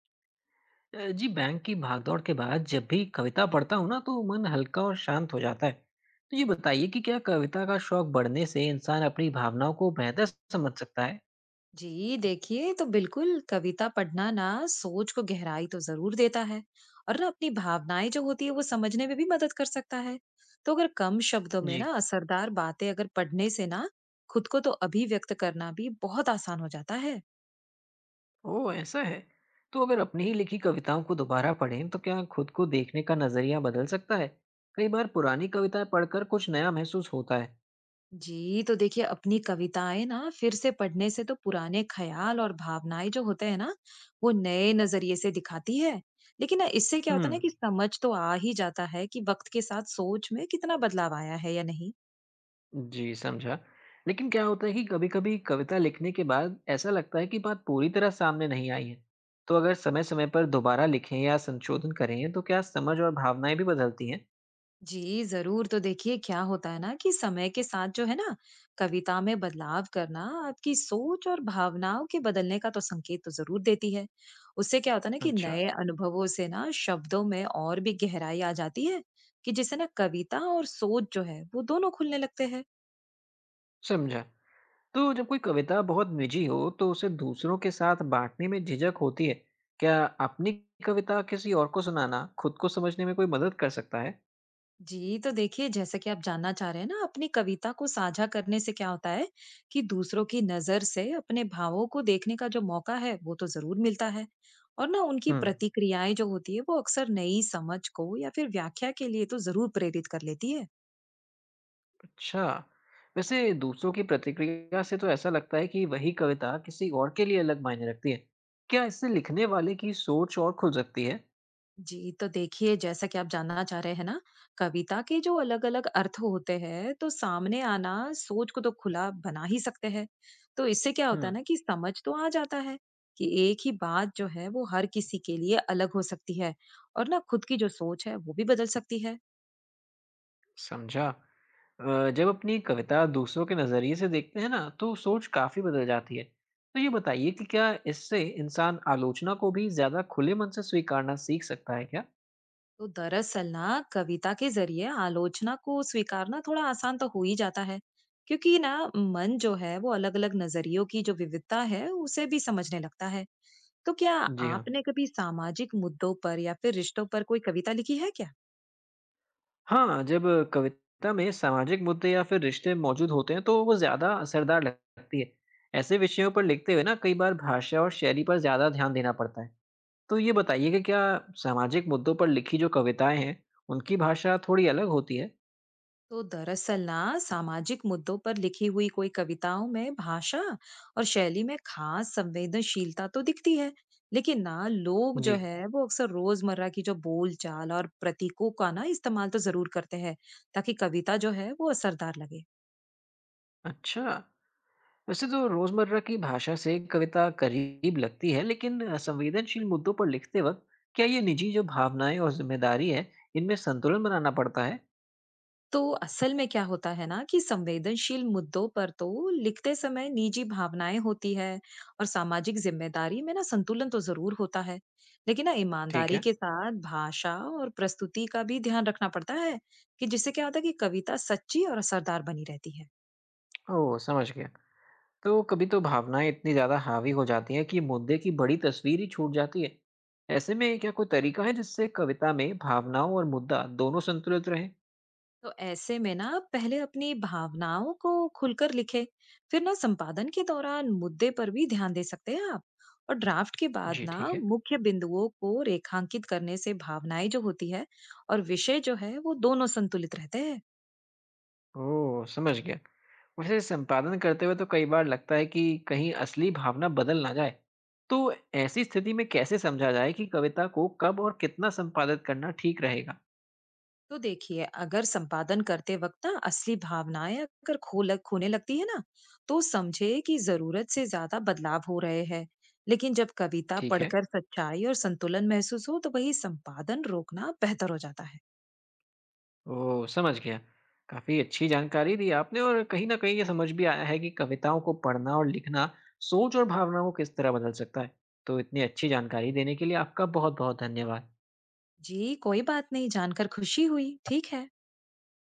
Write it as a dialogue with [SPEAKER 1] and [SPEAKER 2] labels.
[SPEAKER 1] जी bank की भागदौड़ के बाद जब भी कविता पढ़ता हूँ ना तो मन हल्का और शांत हो जाता है। तो ये बताइए कि क्या कविता का शौक बढ़ने से इंसान अपनी भावनाओं को बेहतर समझ सकता है।
[SPEAKER 2] जी देखिए, तो बिल्कुल कविता पढ़ना ना सोच को गहराई तो जरूर देता है। और ना अपनी भावनाएं जो होती है वो समझने में भी मदद कर सकता है। तो अगर कम शब्दों में
[SPEAKER 1] जी।
[SPEAKER 2] ना असरदार बातें अगर पढ़ने से ना खुद को तो अभिव्यक्त करना भी बहुत आसान हो जाता है।
[SPEAKER 1] ओ ऐसा है। तो अगर अपनी ही लिखी कविताओं को दोबारा पढ़ें तो क्या खुद को देखने का नजरिया बदल सकता है। कई बार पुरानी कविताएं पढ़कर कुछ नया महसूस होता है।
[SPEAKER 2] जी, तो देखिए अपनी कविताएं ना फिर से पढ़ने से तो पुराने ख्याल और भावनाएं जो होते हैं ना, वो नए नजरिए से दिखाती है। लेकिन ना इससे क्या होता है ना
[SPEAKER 1] हम्म।
[SPEAKER 2] कि समझ तो आ ही जाता है कि वक्त के साथ सोच में कितना बदलाव आया है या नहीं।
[SPEAKER 1] जी, समझा। लेकिन क्या होता है कि कभी-कभी कविता लिखने के बाद ऐसा लगता है कि बात पूरी तरह सामने नहीं आई है। तो अगर समय-समय पर दोबारा लिखें या संशोधन करें, तो क्या समझ और भावनाएँ भी बदलती हैं?
[SPEAKER 2] जी जरूर, तो देखिए क्या होता है ना कि समय के साथ जो है ना कविता में बदलाव करना आपकी सोच और भावनाओं के बदलने का तो संकेत तो जरूर देती है। उससे क्या होता है ना कि
[SPEAKER 1] अच्छा,
[SPEAKER 2] नए अनुभवों से ना शब्दों में और भी गहराई आ जाती है, कि जिससे ना कविता और सोच जो है वो दोनों खुलने लगते हैं।
[SPEAKER 1] समझा। तो जब कोई कविता बहुत निजी हो, तो उसे दूसरों के साथ बाँटने में झिझक होती है। क्या अपनी कविता किसी और को सुनाना खुद को समझने में कोई मदद कर सकता है?
[SPEAKER 2] जी, तो देखिए जैसा कि आप जानना चाह रहे हैं ना, अपनी कविता को साझा करने से क्या होता है कि दूसरों की नज़र से अपने भावों को देखने का जो मौका है, वो तो ज़रूर मिलता है। और ना उनकी
[SPEAKER 1] हुँ।
[SPEAKER 2] प्रतिक्रियाएँ जो होती है, वो अक्सर नई समझ को या फिर व्याख्या के लिए तो ज़रूर प्रेरित कर लेती है।
[SPEAKER 1] अच्छा, वैसे दूसरों की प्रतिक्रिया से तो ऐसा लगता है कि वही कविता किसी और के लिए अलग मायने रखती है। क्या इससे लिखने वाले की सोच और खुल सकती है?
[SPEAKER 2] जी, तो देखिए जैसा कि आप जानना चाह रहे हैं ना, कविता के जो अलग-अलग अर्थ होते हैं, तो सामने आना सोच को तो खुला बना ही सकते हैं। तो इससे क्या
[SPEAKER 1] हुँ,
[SPEAKER 2] होता है ना कि समझ तो आ जाता है कि एक ही बात जो है वो हर किसी के लिए अलग हो सकती है और ना खुद की जो सोच है वो भी बदल सकती है।
[SPEAKER 1] समझा। जब अपनी कविता दूसरों के नज़रिए से देखते हैं ना, तो सोच काफ़ी बदल जाती है। तो ये बताइए कि क्या इससे इंसान आलोचना को भी ज़्यादा खुले मन से स्वीकारना सीख सकता है क्या?
[SPEAKER 2] तो दरअसल ना कविता के जरिए आलोचना को स्वीकारना थोड़ा आसान तो हो ही जाता है, क्योंकि ना मन जो है वो अलग-अलग नज़रियों की जो विविधता है उसे भी समझने लगता है। तो क्या
[SPEAKER 1] जी हाँ।
[SPEAKER 2] आपने कभी सामाजिक मुद्दों पर या फिर रिश्तों पर कोई कविता लिखी है क्या?
[SPEAKER 1] हाँ, जब कविता में सामाजिक मुद्दे या फिर रिश्ते मौजूद होते हैं तो वो ज़्यादा असरदार लगती है। ऐसे विषयों पर लिखते हुए ना कई बार भाषा और शैली पर ज़्यादा ध्यान देना पड़ता है। तो ये बताइए कि क्या सामाजिक मुद्दों पर लिखी जो कविताएं हैं, उनकी भाषा थोड़ी अलग होती है?
[SPEAKER 2] तो दरअसल ना सामाजिक मुद्दों पर लिखी हुई कोई कविताओं में भाषा और शैली में खास संवेदनशीलता तो दिखती है, लेकिन ना लोग जो
[SPEAKER 1] जी,
[SPEAKER 2] है वो अक्सर रोजमर्रा की जो बोलचाल और प्रतीकों का ना इस्तेमाल तो जरूर करते हैं ताकि कविता जो है वो असरदार लगे।
[SPEAKER 1] अच्छा। वैसे तो रोज़मर्रा की भाषा से कविता करीब लगती है, लेकिन संवेदनशील मुद्दों पर लिखते वक्त क्या ये निजी जो भावनाएं और जिम्मेदारी है, इनमें संतुलन बनाना पड़ता है?
[SPEAKER 2] तो असल में क्या होता है ना कि संवेदनशील मुद्दों पर तो लिखते समय निजी भावनाएं होती है और सामाजिक जिम्मेदारी में ना संतुलन तो जरूर होता है, लेकिन ना
[SPEAKER 1] ठीक
[SPEAKER 2] ईमानदारी
[SPEAKER 1] है।
[SPEAKER 2] के साथ भाषा और प्रस्तुति का भी ध्यान रखना पड़ता है, कि जिससे क्या होता है कि कविता सच्ची और असरदार बनी रहती है।
[SPEAKER 1] ओह, समझ गया। तो कभी तो भावनाएं इतनी ज्यादा हावी हो जाती हैं कि मुद्दे की बड़ी तस्वीर ही छूट जाती है। ऐसे में क्या कोई तरीका है जिससे कविता में भावनाओं और मुद्दा दोनों संतुलित रहे?
[SPEAKER 2] तो ऐसे में ना आप पहले अपनी भावनाओं को खुलकर लिखें, फिर ना संपादन के दौरान मुद्दे पर भी ध्यान दे सकते हैं आप। और ड्राफ्ट के बाद
[SPEAKER 1] जी
[SPEAKER 2] ना
[SPEAKER 1] ठीक है।
[SPEAKER 2] मुख्य बिंदुओं को रेखांकित करने से भावनाएं जो होती है और विषय जो है वो दोनों संतुलित रहते हैं।
[SPEAKER 1] ओ समझ गया। वैसे संपादन करते हुए तो कई बार लगता है कि कहीं असली भावना बदल ना जाए। तो ऐसी स्थिति में कैसे समझा जाए कि कविता को कब और कितना संपादित करना ठीक रहेगा?
[SPEAKER 2] तो देखिए अगर संपादन करते वक्त ना असली भावनाएं अगर खोल खोने लगती है ना, तो समझे कि जरूरत से ज्यादा बदलाव हो रहे हैं। लेकिन जब कविता
[SPEAKER 1] ठीक है।
[SPEAKER 2] पढ़कर सच्चाई और संतुलन महसूस हो तो वही संपादन रोकना बेहतर हो जाता है।
[SPEAKER 1] ओह! समझ गया। काफ़ी अच्छी जानकारी दी आपने और कहीं न कहीं ये समझ भी आया है कि कविताओं को पढ़ना और लिखना सोच और भावनाओं को किस तरह बदल सकता है। तो इतनी अच्छी जानकारी देने के लिए आपका बहुत-बहुत धन्यवाद।
[SPEAKER 2] जी, कोई बात नहीं, जानकर खुशी हुई। ठीक है।